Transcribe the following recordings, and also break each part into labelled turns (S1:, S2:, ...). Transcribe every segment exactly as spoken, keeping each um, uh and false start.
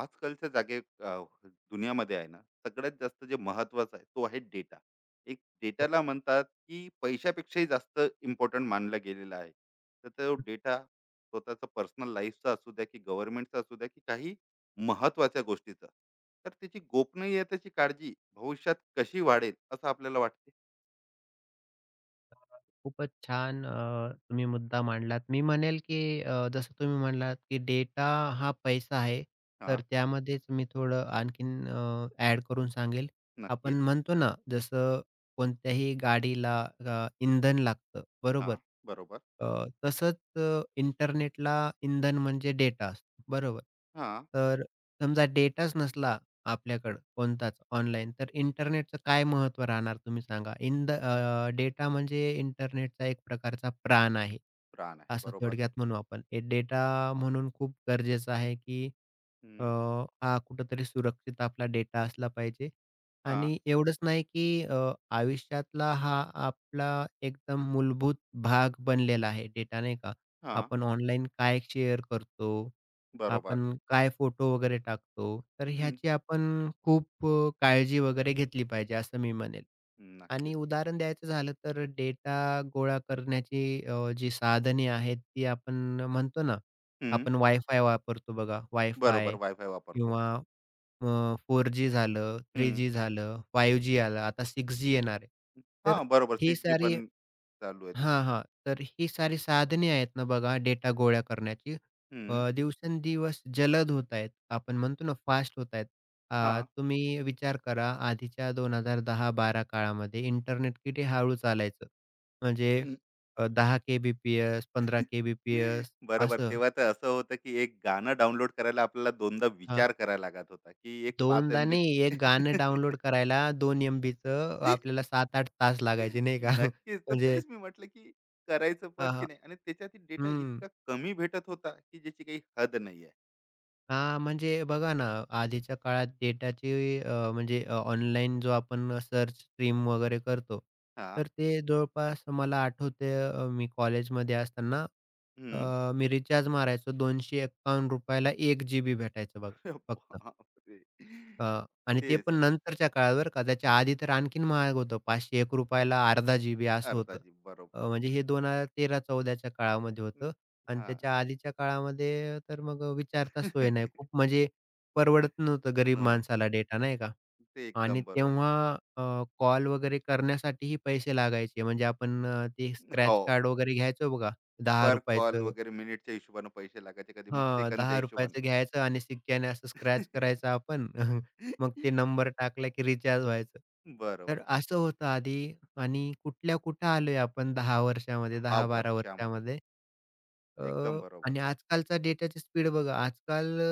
S1: आजकालच्या जागे अ, दुनियामध्ये आहे ना. सगळ्यात जास्त जे महत्वाचं आहे तो आहे डेटा. एक
S2: हो,
S1: डेटाला म्हणतात की पैशापेक्षाही जास्त इम्पॉर्टंट मानला गेलेला आहे. तर तो डेटा स्वतःचा पर्सनल लाईफचा असू द्या की गव्हर्नमेंटचा असू द्या की काही महत्वाच्या गोष्टीचा, तर त्याची गोपनीयतेची काळजी भविष्यात कशी वाढेल असं आपल्याला वाटते.
S2: खूपच छान अ, तुम्ही मुद्दा मांडलात. मी म्हणेल की अ, जसं तुम्ही म्हणलात की डेटा हा पैसा आहे.
S1: हा.
S2: तर त्यामध्येच मी थोडं आणखीन अ, ॲड करून सांगेल.
S1: नक्कीच.
S2: आपण म्हणतो ना, जसं कोणत्याही गाडीला अ, इंधन लागतं,
S1: हा.
S2: बरोबर?
S1: बरोबर.
S2: अ, तसंच अ, इंटरनेटला इंधन म्हणजे डेटा असतो, बरोबर?
S1: हा.
S2: तर समजा डेटाच नसला आपल्याकडं कोणताच ऑनलाईन. तर इंटरनेटचं काय महत्त्व राहणार तुम्ही सांगा? इन द डेटा म्हणजे इंटरनेटचा एक प्रकारचा प्राण आहे,
S1: प्राण आहे,
S2: असं
S1: बरोबर.
S2: थोडक्यात म्हणू आपण. हे डेटा म्हणून खूप गरजेचं आहे, की अ,
S1: हम्म.
S2: हा कुठेतरी सुरक्षित आपला डेटा असला पाहिजे
S1: हा.
S2: आणि एवढंच नाही, की अ, आयुष्यातला हा आपला एकदम मूलभूत भाग बनलेला आहे डेटा नाही का.
S1: हा.
S2: आपण ऑनलाईन काय शेअर करतो,
S1: बरोबर.
S2: आपण काय फोटो वगैरे टाकतो, तर
S1: हम्म.
S2: ह्याची आपण खूप अ, काळजी वगैरे घेतली पाहिजे असं मी म्हणेल. आणि
S1: नक्कीच.
S2: उदाहरण द्यायचं झालं तर डेटा गोळा करण्याची अ, जी साधने आहेत, ती आपण म्हणतो ना, आपण वायफाय वापरतो बघा.
S1: बरोबर,
S2: वायफाय
S1: वायफाय वापरतो.
S2: किंवा अ, फोर जी झालं,
S1: हं.
S2: थ्री जी झालं, फाइव्ह जी आलं, आता सिक्स जी येणार आहे. तर
S1: हां, बरोबर,
S2: ही
S1: सिक्स जी
S2: सारी
S1: पण चालू आहे तिथं.
S2: हां, हां. तर ही सारी साधने आहेत ना बघा डेटा गोळा करण्याची अ,
S1: हं.
S2: दिवसेंदिवस जलद होत आहेत. आपण म्हणतो ना फास्ट होत आहेत. अ,
S1: हां.
S2: तुम्ही विचार करा आधीच्या दोन हजार दहा-बारा काळामध्ये इंटरनेट किती हळू चालायचं. म्हणजे
S1: हं.
S2: अ, दहा के-बी-पी-एस, पंधरा के-बी-पी-एस
S1: बरोबर.
S2: असं.
S1: तेव्हा तर असं होतं, की एक गाणं डाउनलोड करायला आपल्याला दोनदा
S2: हां,
S1: विचार करायला लागत होता, की एक पाच
S2: दोनदा
S1: एमबी.
S2: नाही एक गाणं डाउनलोड करायला दोन एम-बीचं आपल्याला सात आठ तास लागायचे नाही का?
S1: नक्कीच. तर
S2: म्हणजे
S1: तेच मी म्हटलं, की करायचं पण की
S2: अ,
S1: नाही, आणि त्याच्यातील डेटा
S2: हं.
S1: इतका कमी भेटत होता, की ज्याची काही हद नाही आहे.
S2: हां, म्हणजे बघा ना, आधीच्या काळात डेटाची अ, म्हणजे ऑनलाईन जो आपण सर्च स्ट्रीम वगैरे करतो,
S1: हां.
S2: तर ते जवळपास मला आठवतंय अ, मी कॉलेजमध्ये असताना
S1: हं.
S2: अ, मी रिचार्ज मारायचो ₹दोनशे एक्कावन्न एक जी जीबी भेटायचं बघा फक्त.
S1: बापरे!
S2: अ, आणि ते
S1: तेच.
S2: पण नंतरच्या काळात बरं का. त्याच्या आधी तर आणखीन महाग होतं. पाचशे एक ला अर्धा जी-बी असं
S1: अर्धा
S2: होतं.
S1: जी, बरोबर.
S2: अ, म्हणजे हे दोन हजार तेरा-14च्या काळामध्ये
S1: हं.
S2: होतं आणि
S1: हां.
S2: त्याच्या आधीच्या काळामध्ये तर मग विचारता सोय नाही. खूप म्हणजे परवडत नव्हतं गरीब
S1: नव्हतं.
S2: माणसाला डेटा नाही का?
S1: ते
S2: आणि
S1: एकदम बरोबर.
S2: तेव्हा कॉल वगैरे करण्यासाठीही पैसे लागायचे. म्हणजे आपण अ, ते
S1: हो.
S2: स्क्रॅच कार्ड वगैरे घ्यायचो बघा
S1: पर
S2: ₹दहा
S1: कॉल
S2: चं.
S1: वगैरे मिनिटच्या हिशोबानं पैसे लागायचे, कधी मग
S2: हां,
S1: सेकंदच्या
S2: ₹दहा
S1: हिशोबानं.
S2: चं घ्यायचं आणि शिक्क्याने असं स्क्रॅच करायचं आपण. मग ते नंबर टाकला की रिचार्ज व्हायचं. तर
S1: बरोबर.
S2: असं होतं आधी आणि कुठल्या कुठं आलोय आपण दहा वर्षामध्ये,
S1: दहा
S2: दहा बारा
S1: वर्षामध्ये
S2: वर्षामध्ये.
S1: फक्त.
S2: अ,
S1: एकदम
S2: आणि
S1: बरोबर.
S2: आजकालचा डेटाची स्पीड बघा. आजकाल अ,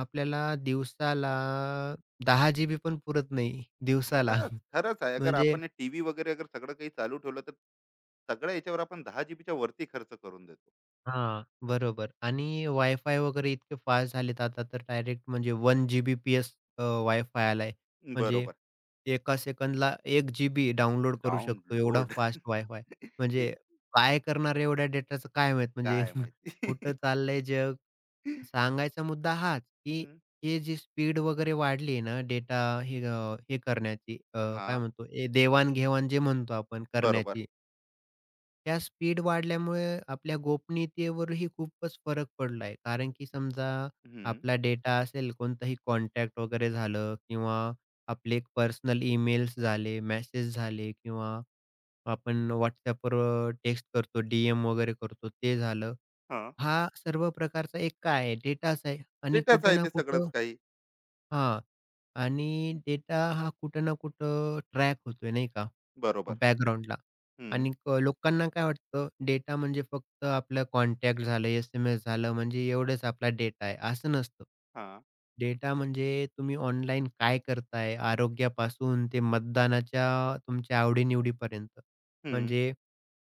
S2: आपल्याला दिवसाला दहा जीबी पण पुरत नाही दिवसाला.
S1: खरंच, खरंच आहे. अगर
S2: म्हणजे
S1: आपण हे टीव्ही वगैरे अगर सगळं काही चालू ठेवलं, तर सगळ्या याच्यावर आपण दहा जीबीच्या वरती खर्च करून देतो.
S2: हां, बरोबर आणि वायफाय वगैरे इतके फास्ट झालेत आता तर डायरेक्ट म्हणजे वन जी-बी-पी-एस अ, वायफाय आलाय. म्हणजे
S1: बरोबर.
S2: एका सेकंदला एक जी-बी डाउनलोड करू शकतो एवढा
S1: डाउनलोड.
S2: Fast wifi. म्हणजे
S1: हे.
S2: काय करणार एवढ्या डेटाचं काय माहीत म्हणजे
S1: काय
S2: कुठं
S1: माहिती.
S2: चाललंय जग? सांगायचा मुद्दा हाच, की
S1: हं.
S2: हे जी स्पीड वगैरे वाढली आहे ना डेटा हे अ, हे करण्याची अ, काय
S1: हां.
S2: म्हणतो ए देवाण जे म्हणतो आपण
S1: बरोबर.
S2: करण्याची त्या स्पीड वाढल्यामुळे आपल्या गोपनीयतेवरही खूपच फरक पडला आहे. कारण की समजा
S1: हं.
S2: आपला डेटा असेल, कोणताही कॉन्टॅक्ट वगैरे झालं किंवा आपले पर्सनल ईमेल्स झाले, मेसेज झाले किंवा आपण WhatsAppवर अ, टेक्स्ट करतो, डी-एम वगैरे करतो, ते झालं.
S1: हां.
S2: हा सर्व प्रकारचा एक काय आहे डेटाच आहे आणि
S1: डेटाच
S2: कुठे
S1: आहे
S2: ना
S1: ते सगळंच
S2: कुठं
S1: काही.
S2: हां. आणि डेटा हा कुठं ना कुठं ट्रॅक होतोय नाही का,
S1: बरोबर.
S2: बॅकग्राऊंडला
S1: हं.
S2: आणि क लोकांना काय वाटतं डेटा म्हणजे फक्त आपलं कॉन्टॅक्ट झालं, एस-एम-एस झालं म्हणजे एवढंच आपला डेटा आहे, असं नसतं.
S1: हां.
S2: डेटा म्हणजे तुम्ही ऑनलाईन काय करताय, आरोग्यापासून ते मतदानाच्या तुमच्या आवडी
S1: हं,
S2: म्हणजे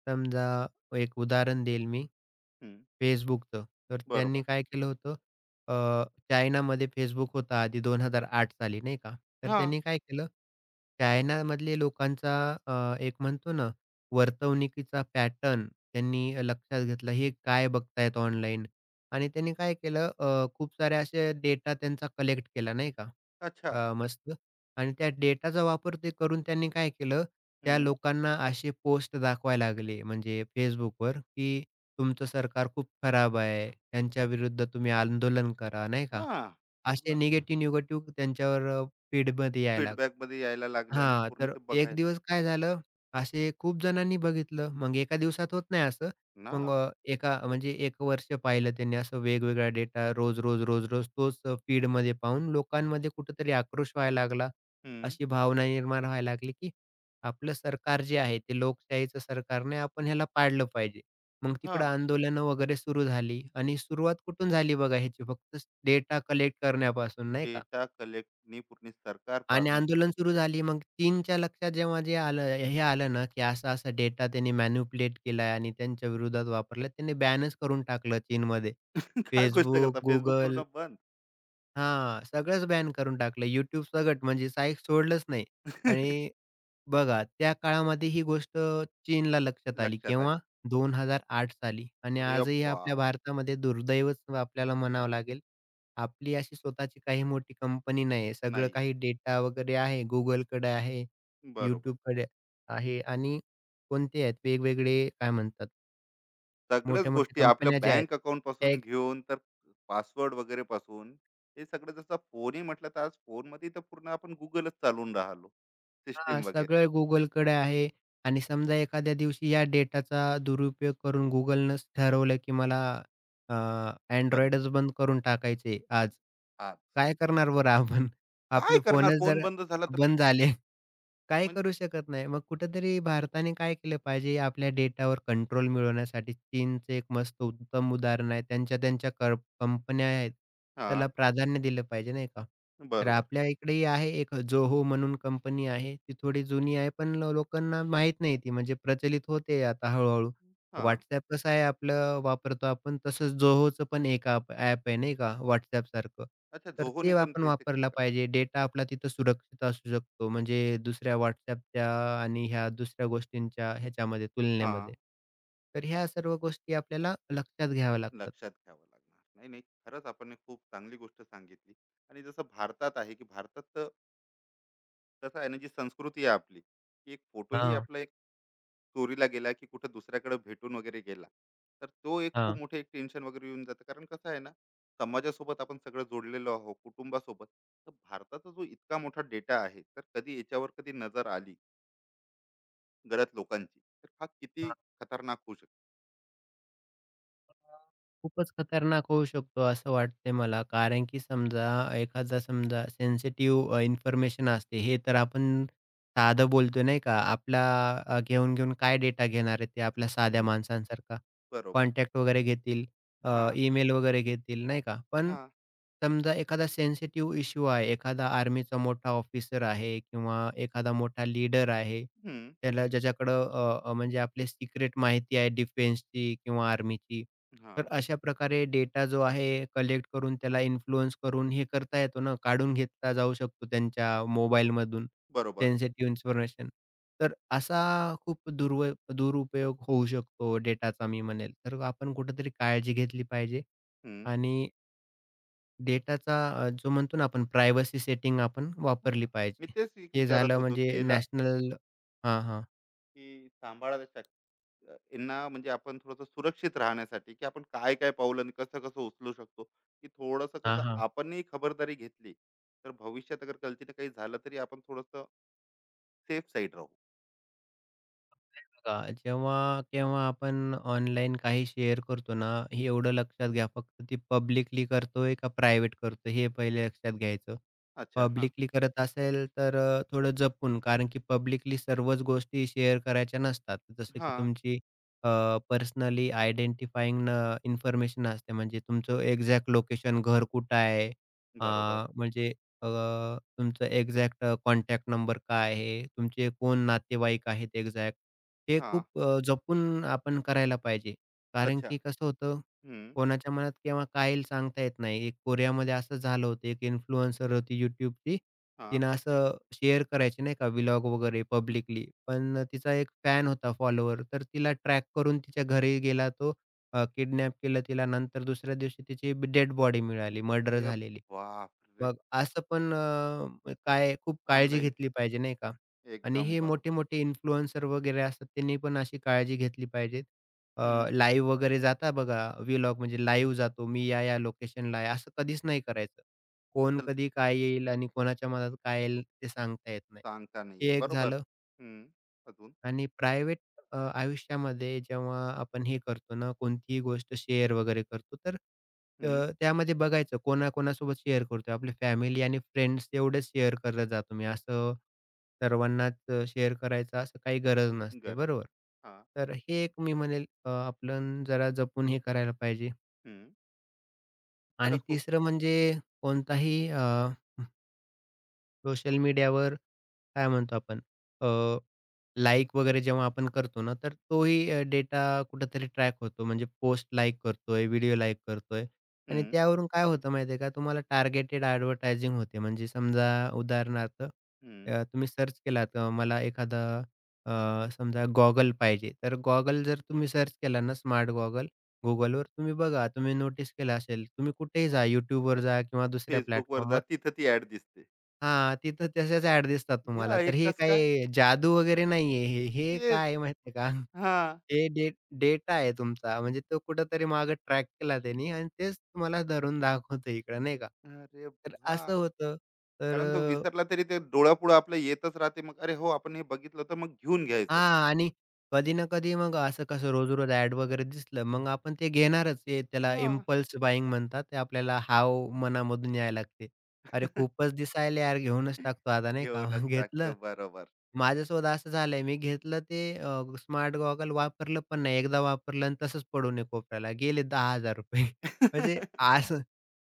S2: समजा एक उदाहरण देईल मी
S1: हं.
S2: Facebookचं. तर त्यांनी
S1: बरोबर.
S2: काय केलं होतं चायनामध्ये Facebook होता आधी दोन हजार आठ साली नाही का. तर
S1: हां.
S2: त्यांनी काय केलं, चायनामधले लोकांचा अ, एक म्हणतो ना, वर्तवणुकीचा पॅटर्न त्यांनी लक्षात घेतला. हे काय बघतायत ऑनलाईन आणि त्यांनी काय केलं अ, खूप सारे असे डेटा त्यांचा कलेक्ट केला नाही का.
S1: अच्छा.
S2: अ, मस्त आणि त्या डेटाचा वापर ते करून त्यांनी काय केलं, त्या
S1: हं.
S2: लोकांना असे पोस्ट दाखवायला लागले म्हणजे Facebookवर, की तुमचं सरकार खूप खराब आहे, त्यांच्याविरुद्ध तुम्ही आंदोलन करा, नाही का?
S1: हां.
S2: असे
S1: पूर्ण.
S2: निगेटिव्ह-निगेटिव्ह त्यांच्यावर अ, फीडमध्ये यायला लागलं.
S1: फीडबॅकमध्ये यायला लागले आणि
S2: हां,
S1: पूर्ण
S2: तर
S1: ते
S2: एक
S1: बघायला.
S2: दिवस काय झालं, असे खूप जणांनी बघितलं. मग एका दिवसात होत नाही असं.
S1: ना.
S2: मग अ, एका म्हणजे एक वर्ष पाहिलं त्यांनी असं वेगवेगळा डेटा रोज-रोज, रोज-रोज तोच फीडमध्ये पाहून लोकांमध्ये कुठेतरी आक्रोश व्हायला लागला.
S1: हं.
S2: अशी भावना निर्माण व्हायला लागली, की आपलं सरकार जे आहे ते लोकशाहीचं सरकार नाही, आपण ह्याला पाडलं पाहिजे. मग तिकडं
S1: हां.
S2: आंदोलनं वगैरे सुरू झाली आणि सुरुवात कुठून झाली बघा ह्याची फक्त डेटा कलेक्ट करण्यापासून नाही का?
S1: डेटा कलेक्टनी पूर्ण सरकार
S2: आणि
S1: पाडणे.
S2: आंदोलन सुरू झाली मग चीनच्या लक्षात जेव्हा जे आलं हे आलं ना, की असा-असा डेटा त्यांनी मॅनिप्युलेट केलाय आणि त्यांच्या विरोधात वापरला. त्यांनी बॅनच करून टाकलं चीनमध्ये.
S1: काय गोष्ट
S2: Facebook,
S1: करता, Facebook
S2: Google
S1: पूर्ण बंद.
S2: हां, सगळंच बॅन करून टाकलं. YouTube सगट म्हणजे साईक सोडलंच नाही आणि बघा त्या काळामध्ये ही गोष्ट चीनला लक्षात आली.
S1: लक्षात आली.
S2: केव्हा? दोन हजार आठ साली आणि
S1: अरे
S2: आजही आपल्या
S1: बापरे!
S2: भारतामध्ये दुर्दैवच आपल्याला म्हणावं लागेल. आपली अशी स्वतःची काही मोठी कंपनी नाही आहे. सगळं
S1: नाही.
S2: काही डेटा वगैरे आहे. Googleकडे आहे,
S1: बरोबर.
S2: YouTubeकडे आहे आणि कोणते आहेत वेगवेगळे काय म्हणतात
S1: सगळ्याच गोष्टी
S2: मोठ्या-मोठ्या
S1: आपल्या
S2: कंपन्या ज्या आहेत,
S1: बँक
S2: त्या
S1: अकाउंटपासून घेऊन, तर पासवर्ड वगैरेपासून हे सगळं, जसं फोनही म्हटलं तर आज फोनमध्ये तर पूर्ण आपण Googleच चालवून राहिलो.
S2: हां,
S1: सिस्टम वगैरे.
S2: सगळं Googleकडे आहे आणि समजा एखाद्या दिवशी या डेटाचा दुरुपयोग करून Googleनंच ठरवलं, की मला अ,
S1: बंद.
S2: Androidच बंद करून टाकायचे आज.
S1: हा.
S2: काय करणार बरं आपण?
S1: काय
S2: आपले
S1: करणार
S2: फोनच
S1: फोन
S2: जर
S1: बंद झाला तर.
S2: बंद झाले काही
S1: म्हणजे.
S2: करू शकत नाही. मग कुठेतरी भारताने काय केलं पाहिजे, आपल्या डेटावर कंट्रोल मिळवण्यासाठी चीनचं एक मस्त उत्तम उदाहरण आहे. त्यांच्या त्यांच्या कर कंपन्या आहेत,
S1: हा.
S2: त्याला प्राधान्य दिलं पाहिजे नाही का? तर
S1: बरोबर.
S2: आपल्या इकडेही आहे एक Zoho म्हणून कंपनी आहे. ती थोडी जुनी आहे, पण लो- लोकांना माहीत नाही ती म्हणजे प्रचलित होते आता हळू
S1: हा.
S2: WhatsApp कसं आहे आपलं वापरतो आपण, तसंच Zohoचं पण एक ॲप आहे नाही का WhatsAppसारखं.
S1: अच्छा,
S2: तर ते
S1: जोहोने पण
S2: आपण
S1: ते ते-.
S2: वापरला पाहिजे. डेटा आपला तिथं सुरक्षित असू शकतो. म्हणजे दुसऱ्या WhatsAppच्या आणि ह्या दुसऱ्या गोष्टींच्या ह्याच्यामध्ये
S1: हा.
S2: तुलनेमध्ये. तर ह्या सर्व गोष्टी आपल्याला लक्षात घ्याव्या लागतात.
S1: लक्षात घ्यावं लागणार. नाही नाही, खरंच आपण एक खूप चांगली गोष्ट सांगितली. आणि जसं भारतात आहे की भारतात तर, कसं आहे ना, जी संस्कृती आहे आपली, की एक फोटोही
S2: हां,
S1: आपला एक चोरीला गेला की कुठं दुसऱ्याकडे भेटून वगैरे गेला, तर तो एक खूप
S2: हां.
S1: मोठे एक टेन्शन वगैरे येऊन जातं, कारण कसं आहे ना, समाजासोबत आपण सगळं जोडलेलो आहोत, कुटुंबासोबत. तर भारताचा जो इतका मोठा डेटा आहे तर कधी याच्यावर कधी नजर आली गलत लोकांची तर हा किती खतरनाक होऊ शकतो.
S2: अ, खूपच खतरनाक होऊ शकतो असं वाटतंय मला. कारण की समजा एखादा समजा सेन्सिटिव्ह इन्फॉर्मेशन असते. हे तर आपण साधं बोलतोय नाही का? आपला अ, घेऊन, घेऊन काय डेटा घेणार आहे ते आपल्या साध्या
S1: हं,
S2: माणसांसारखा.
S1: बरोबर.
S2: कॉन्टॅक्ट वगैरे घेतील,
S1: हा.
S2: ईमेल वगैरे घेतील नाही का? पण
S1: हा.
S2: समजा एखादा सेन्सिटिव्ह इश्यू आहे, एखादा आर्मीचा मोठा ऑफिसर आहे किंवा एखादा मोठा लीडर आहे.
S1: हम्म.
S2: त्याला ज्याच्याकडं अ, अ, म्हणजे आपले सिक्रेट माहिती आहे डिफेन्सची किंवा आर्मीची.
S1: हा.
S2: तर अशा प्रकारे डेटा जो आहे कलेक्ट करून त्याला इन्फ्लुअन्स करून हे करता येतो ना, काढून घेतला जाऊ शकतो त्यांच्या मोबाईलमधून
S1: बरोबर.
S2: Sensitive information. तर असा खूप दुर्व दुरुपयोग होऊ शकतो डेटाचा मी म्हणेल. तर आपण कुठेतरी काळजी घेतली पाहिजे
S1: हम्म.
S2: आणि डेटाचा जो म्हणतो ना आपण प्रायव्हसी सेटिंग आपण
S1: हा.
S2: वापरली
S1: मी
S2: पाहिजे.
S1: तेच एक
S2: हे झालं
S1: विचारत होतो की
S2: म्हणजे
S1: याला
S2: नॅशनल हां, हां.
S1: की सांभाळायला शक- अ, यांना, म्हणजे आपण थोडंसं सुरक्षित राहण्यासाठी की आपण काय काय पावलं आणि कसं कसं उचलू शकतो, की थोडंसं
S2: हां,
S1: कसं
S2: हां.
S1: आपणही खबरदारी घेतली तर भविष्यात अगर गलतीनं काही झालं तरी आपण थोडंसं सेफ साईड राहू.
S2: बघा, जेव्हा केव्हा आपण ऑनलाईन काही शेअर करतो ना, हे एवढं लक्षात घ्या फक्त ती पब्लिकली करतोय का प्रायव्हेट करतोय हे पहिले लक्षात घ्यायचं.
S1: अच्छा. हा.
S2: पब्लिकली करत असेल तर अ, थोडं जपून कारण की पब्लिकली सर्वच गोष्टी शेअर करायच्या नसतात. जसं
S1: हा.
S2: की तुमची पर्सनली आयडेंटिफाइंग इन्फॉर्मेशन असते म्हणजे तुमचं एक्झॅक्ट लोकेशन, घर कुठं आहे, अ,
S1: बरोबर.
S2: म्हणजे अ, तुमचं एक्झॅक्ट अ, कॉन्टॅक्ट नंबर काय आहे, तुमचे कोण नातेवाईक आहेत एक्झॅक्ट. ते
S1: हा.
S2: खूप अ, जपून आपण करायला पाहिजे. कारण
S1: अच्छा.
S2: की कसं होतं,
S1: हम्म.
S2: कोणाच्या मनात केव्हा काय येईल सांगता येत नाही. एक कोरियामध्ये असंच झालं होतं. एक इन्फ्लुएन्सर होती YouTubeची.
S1: हा.
S2: तिनं असं शेअर करायची नाही का व्लॉग वगैरे पब्लिकली. पण अ, तिचा एक फॅन होता फॉलोवर. तर तिला ट्रॅक करून तिच्या घरी गेला तो. किडनॅप केलं तिला. नंतर दुसऱ्या दिवशी तिची डेड बॉडी मिळाली मर्डर
S1: अरे
S2: झालेली.
S1: बाप.
S2: मग असं पण अ, म काय खूप काळजी
S1: ऑनलाईन.
S2: घेतली पाहिजे नाही का? आणि
S1: एकदम
S2: हे
S1: बरोबर.
S2: मोठे-मोठे इन्फ्लुएन्सर वगैरे असतात त्यांनी पण अशी काळजी घेतली पाहिजे. अ,
S1: हं.
S2: लाईव्ह वगैरे जाता बघा व्लॉग म्हणजे लाईव्ह जातो मी या-या लोकेशनला आहे असं कधीच नाही करायचं. कोण
S1: अच्छा.
S2: कधी काय येईल आणि कोणाच्या मनात काय येईल ते सांगता येत नाही.
S1: सांगता नाही येत.
S2: हे एक
S1: बरोबर.
S2: झालं.
S1: हं. अजून.
S2: आणि प्रायव्हेट अ, आयुष्यामध्ये जेव्हा आपण हे करतो ना, कोणतीही गोष्ट शेअर वगैरे करतो, तर अ,
S1: हं.
S2: त्यामध्ये बघायचं कोणाकोणासोबत शेअर करतोय. आपली फॅमिली आणि फ्रेंड्स एवढेच शेअर करत जा तुम्ही. असं सर्वांनाच अ, शेअर करायचं असं काही गरज नसते,
S1: गरज
S2: बरोबर?
S1: नाही. हां.
S2: तर हे एक मी म्हणेल अ, आपण जरा जपून हे करायला पाहिजे.
S1: हं.
S2: आणि
S1: खरंच खूप.
S2: तिसरं म्हणजे कोणताही सोशल मीडियावर काय म्हणतो आपण? लाइक वगैरे जेव्हा आपण करतो ना, तर तोही अ, डेटा कुठेतरी ट्रॅक होतो. म्हणजे पोस्ट लाइक करतोय, व्हिडिओ लाइक करतोय आणि
S1: हं,
S2: त्यावरून काय होतं माहिती आहे का, तुम्हाला टार्गेटेड एडव्हर्टायझिंग होते. म्हणजे समजा उदाहरणार्थ
S1: हं.
S2: अ, तुम्ही सर्च केलात अ, मला एखादा अ, समजा गॉगल पाहिजे. तर गॉगल जर तुम्ही सर्च केला ना स्मार्ट गॉगल Googleवर तुम्ही बघा, तुम्ही नोटीस केलं असेल, तुम्ही कुठेही जा YouTubeवर जा किंवा दुसऱ्या
S1: Facebookवर जा,
S2: प्लॅटफॉर्मवर
S1: तिथं ती ॲड दिसते.
S2: हां, तिथं तशाच ॲड दिसतात
S1: या
S2: तुम्हाला.
S1: हे
S2: तर हे
S1: कसं काय?
S2: काही जादू वगैरे नाहीये हे.
S1: मग
S2: हे काय
S1: तेच.
S2: आहे माहिती आहे का?
S1: हां.
S2: हे डे डेटा आहे तुमचा. म्हणजे तो कुठेतरी मागे ट्रॅक केला त्यांनी आणि तेच तुम्हाला धरून दाखवतो इकडं नाही का?
S1: अरे
S2: तर
S1: वाह!
S2: असं होतं. तर
S1: कारण तो विसरला तरी ते डोळ्यापुढे आपलं येतच राहते. मग अरे हो, आपण हे बघितलं, तर मग घेऊन घ्यायचं का?
S2: हां. आणि कधी ना कधी मग असं कसं रोज-रोज ॲड वगैरे दिसलं, मग आपण ते घेणारच. ते त्याला
S1: हां.
S2: इम्पल्स बायिंग म्हणतात. ते आपल्याला हाव मनामधून यायला लागते. अरे, खूपच दिसायले यार, घेऊनच टाकतो आता नाही का.
S1: घेऊनच
S2: मग घेतलं.
S1: टाकतो. बरोबर.
S2: माझ्यासोबत असं झालंय, मी घेतलं ते अ, स्मार्ट गॉगल वापरलं पण नाही. एकदा वापरलं आणि तसंच पडून आहे कोपऱ्याला. गेले ₹दहा हजार म्हणजे असं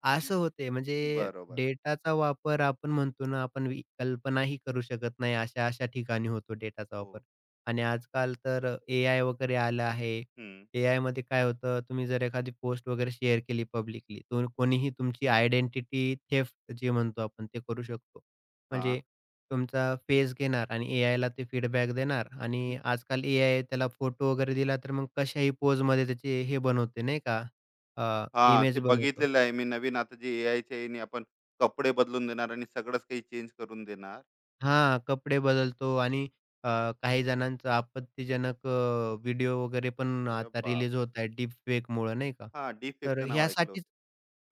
S2: असं होते. म्हणजे
S1: बरोबर.
S2: डेटाचा वापर आपण म्हणतो ना, आपण वि कल्पनाही करू शकत नाही. अशा-अशा ठिकाणी होतो डेटाचा वापर.
S1: हो.
S2: आणि आजकाल तर अ, एआय वगैरे आलं आहे.
S1: हं.
S2: एआयमध्ये काय होतं, तुम्ही जर एखादी पोस्ट वगैरे शेअर केली पब्लिकली, तर कोणीही तुमची आयडेंटिटी थेफ्ट जे म्हणतो आपण ते करू शकतो.
S1: हां.
S2: म्हणजे तुमचा फेस घेणार आणि एआयला ते फीडबॅक देणार आणि आजकाल एआय त्याला फोटो वगैरे दिला, तर मग कशाही पोजमध्ये त्याचे हे बनवते नाही का,
S1: हां,
S2: इमेज
S1: ते
S2: बनवतो.
S1: बघितलेलं आहे मी, नवीन आता जे एआयच्या याने आपण कपडे बदलून देणार आणि सगळंच काही चेंज करून देणार.
S2: हां, कपडे बदलतो आणि अ, काही जणांचं आपत्तीजनक अ, व्हिडिओ वगैरे पण
S1: अरे
S2: आता
S1: बाप!
S2: रिलीज होत आहेत डीपफेकमुळे नाही का.
S1: हां,
S2: तर
S1: डीफेकचं नाव ऐकलं होतं.
S2: ह्यासाठीच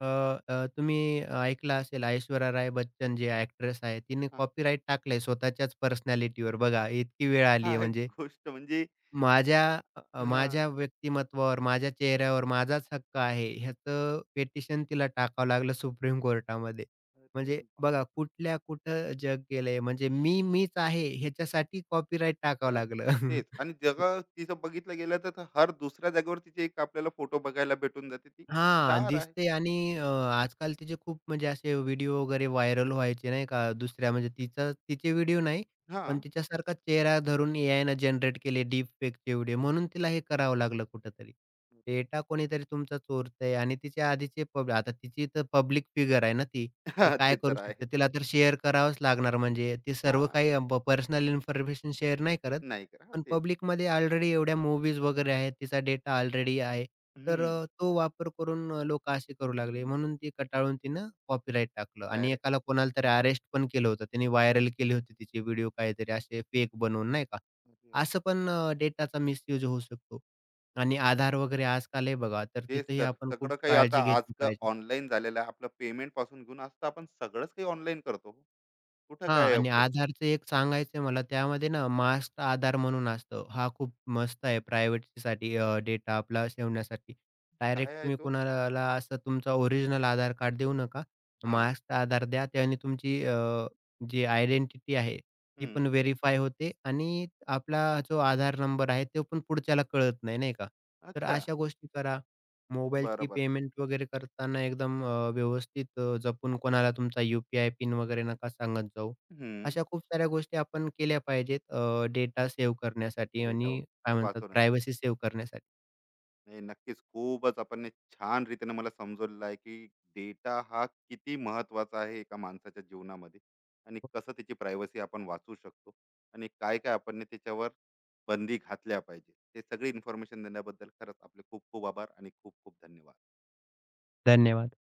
S2: अ, अ, तुम्ही ऐकलं असेल ऐश्वर्या राय बच्चन जे ॲक्ट्रेस आहे, तिने
S1: हां.
S2: कॉपीराईट टाकलंय स्वतःच्याच पर्सनॅलिटीवर बघा, इतकी वेळ आली आहे
S1: काय
S2: म्हणजे.
S1: गोष्ट म्हणजे.
S2: माझ्या अ, अ,
S1: हां,
S2: माझ्या व्यक्तिमत्त्वावर, माझ्या चेहऱ्यावर माझाच हक्क आहे, ह्याचं पिटिशन तिला टाकावं लागलं सुप्रीम कोर्टामध्ये.
S1: अरे
S2: म्हणजे बघा
S1: बाप!
S2: कुठल्या कुठं जग गेलंय. म्हणजे मी मीच आहे ह्याच्यासाठी कॉपीराइट टाकावं
S1: तर
S2: लागलं.
S1: तेच, आणि जगा तिचं बघितलं गेलं तर तर हर दुसऱ्या जागेवर तिचे एक आपल्याला फोटो बघायला भेटून जाते. ती
S2: हां,
S1: स्टार आहे.
S2: दिसते आणि अ, आजकाल तिचे खूप म्हणजे असे व्हिडिओ वगैरे व्हायरल व्हायचे नाही का? दुसऱ्या म्हणजे तिचा तिचे व्हिडिओ नाही, पण
S1: हां.
S2: तिच्यासारखा चेहरा धरून एआयनं जनरेट केले डीपफेकचे व्हिडिओ म्हणून तिला हे करावं लागलं कुठेतरी.
S1: अरे बाप!
S2: डेटा कोणीतरी तुमचा चोरतंय आणि तिचे आधीचे पब आता तिची तर पब्लिक फिगर आहे ना ती. ती
S1: हां,
S2: काय
S1: ते
S2: करू
S1: तर आहे.
S2: शकते? तिला तर शेअर करावंच लागणार म्हणजे ती सर्व
S1: हां,
S2: काही पर्सनल इन्फॉर्मेशन शेअर नाही करत.
S1: नाही करा. हां,
S2: पण
S1: तेच.
S2: पब्लिकमध्ये ऑलरेडी एवढ्या मूव्हीज वगैरे आहेत, तिचा डेटा ऑलरेडी आहे. तर अ, तो वापर करून अ, असे करू लागले. म्हणून ती कंटाळून तिनं कॉपीराइट टाकलं आणि एकाला
S1: डायरेक्ट.
S2: कोणाला तरी अरेस्ट पण केलं होतं. त्यांनी व्हायरल केली होती तिचे व्हिडिओ काहीतरी असे फेक बनवून नाही का. असं पण डेटाचा मिसयूज होऊ शकतो आणि आधार वगैरे आजकाल आहे बघा, तर
S1: तेच
S2: तिथेही
S1: तर,
S2: आपण खूप
S1: सगळं काही आता
S2: काळजी घेतली
S1: आजकाल
S2: पाहिजे.
S1: ऑनलाईन झालेलं आहे, आपलं पेमेंट पासून घेऊन आज तर आपण सगळंच काही ऑनलाईन करतो हो. कुठं काय
S2: हां
S1: आहे
S2: आणि
S1: आपलं.
S2: आधारचं एक सांगायचं आहे मला त्यामध्ये ना मास्क आधार म्हणून असतं. हा खूप मस्त आहे प्रायव्हसीसाठी डेटा आपला ठेवण्यासाठी. डायरेक्ट
S1: काय आहे
S2: तुम्ही
S1: तो.
S2: कोणाला असं तुमचा ओरिजिनल आधार कार्ड देऊ नका.
S1: हा.
S2: मास्कचा आधार द्या. त्याने तुमची अ, जी आयडेंटिटी आहे ती
S1: हम्म.
S2: पण व्हेरिफाय होते आणि आपला जो आधार नंबर आहे तो पण पुढच्याला कळत नाही, नाही का? तर
S1: अच्छा.
S2: अशा गोष्टी करा. मोबाईलची
S1: बरोबर.
S2: पेमेंट वगैरे करताना एकदम अ, व्यवस्थित अ, जपून कोणाला तुमचा यू पिन वगैरे नका सांगत जाऊ.
S1: हम्म.
S2: अशा खूप साऱ्या गोष्टी आपण केल्या पाहिजेत अ, डेटा सेव्ह करण्यासाठी
S1: डेटा
S2: आणि
S1: वगैरे
S2: काय म्हणतात
S1: वाचवण्यासाठी.
S2: प्रायव्हसी सेव्ह करण्यासाठी.
S1: नाही, नक्कीच खूपच आपण हे छान रीतीने मला समजवलेलं आहे की डेटा हा किती महत्वाचा आहे एका माणसाच्या जीवनामध्ये, आणि कसं त्याची प्रायव्हसी आपण वाचू शकतो, आणि काय काय आपण ने त्याच्यावर बंदी घातल्या पाहिजे, ते सगळी इन्फॉर्मेशन देण्याबद्दल खरंच आपले खूप खूप आभार आणि खूप खूप धन्यवाद.
S2: धन्यवाद.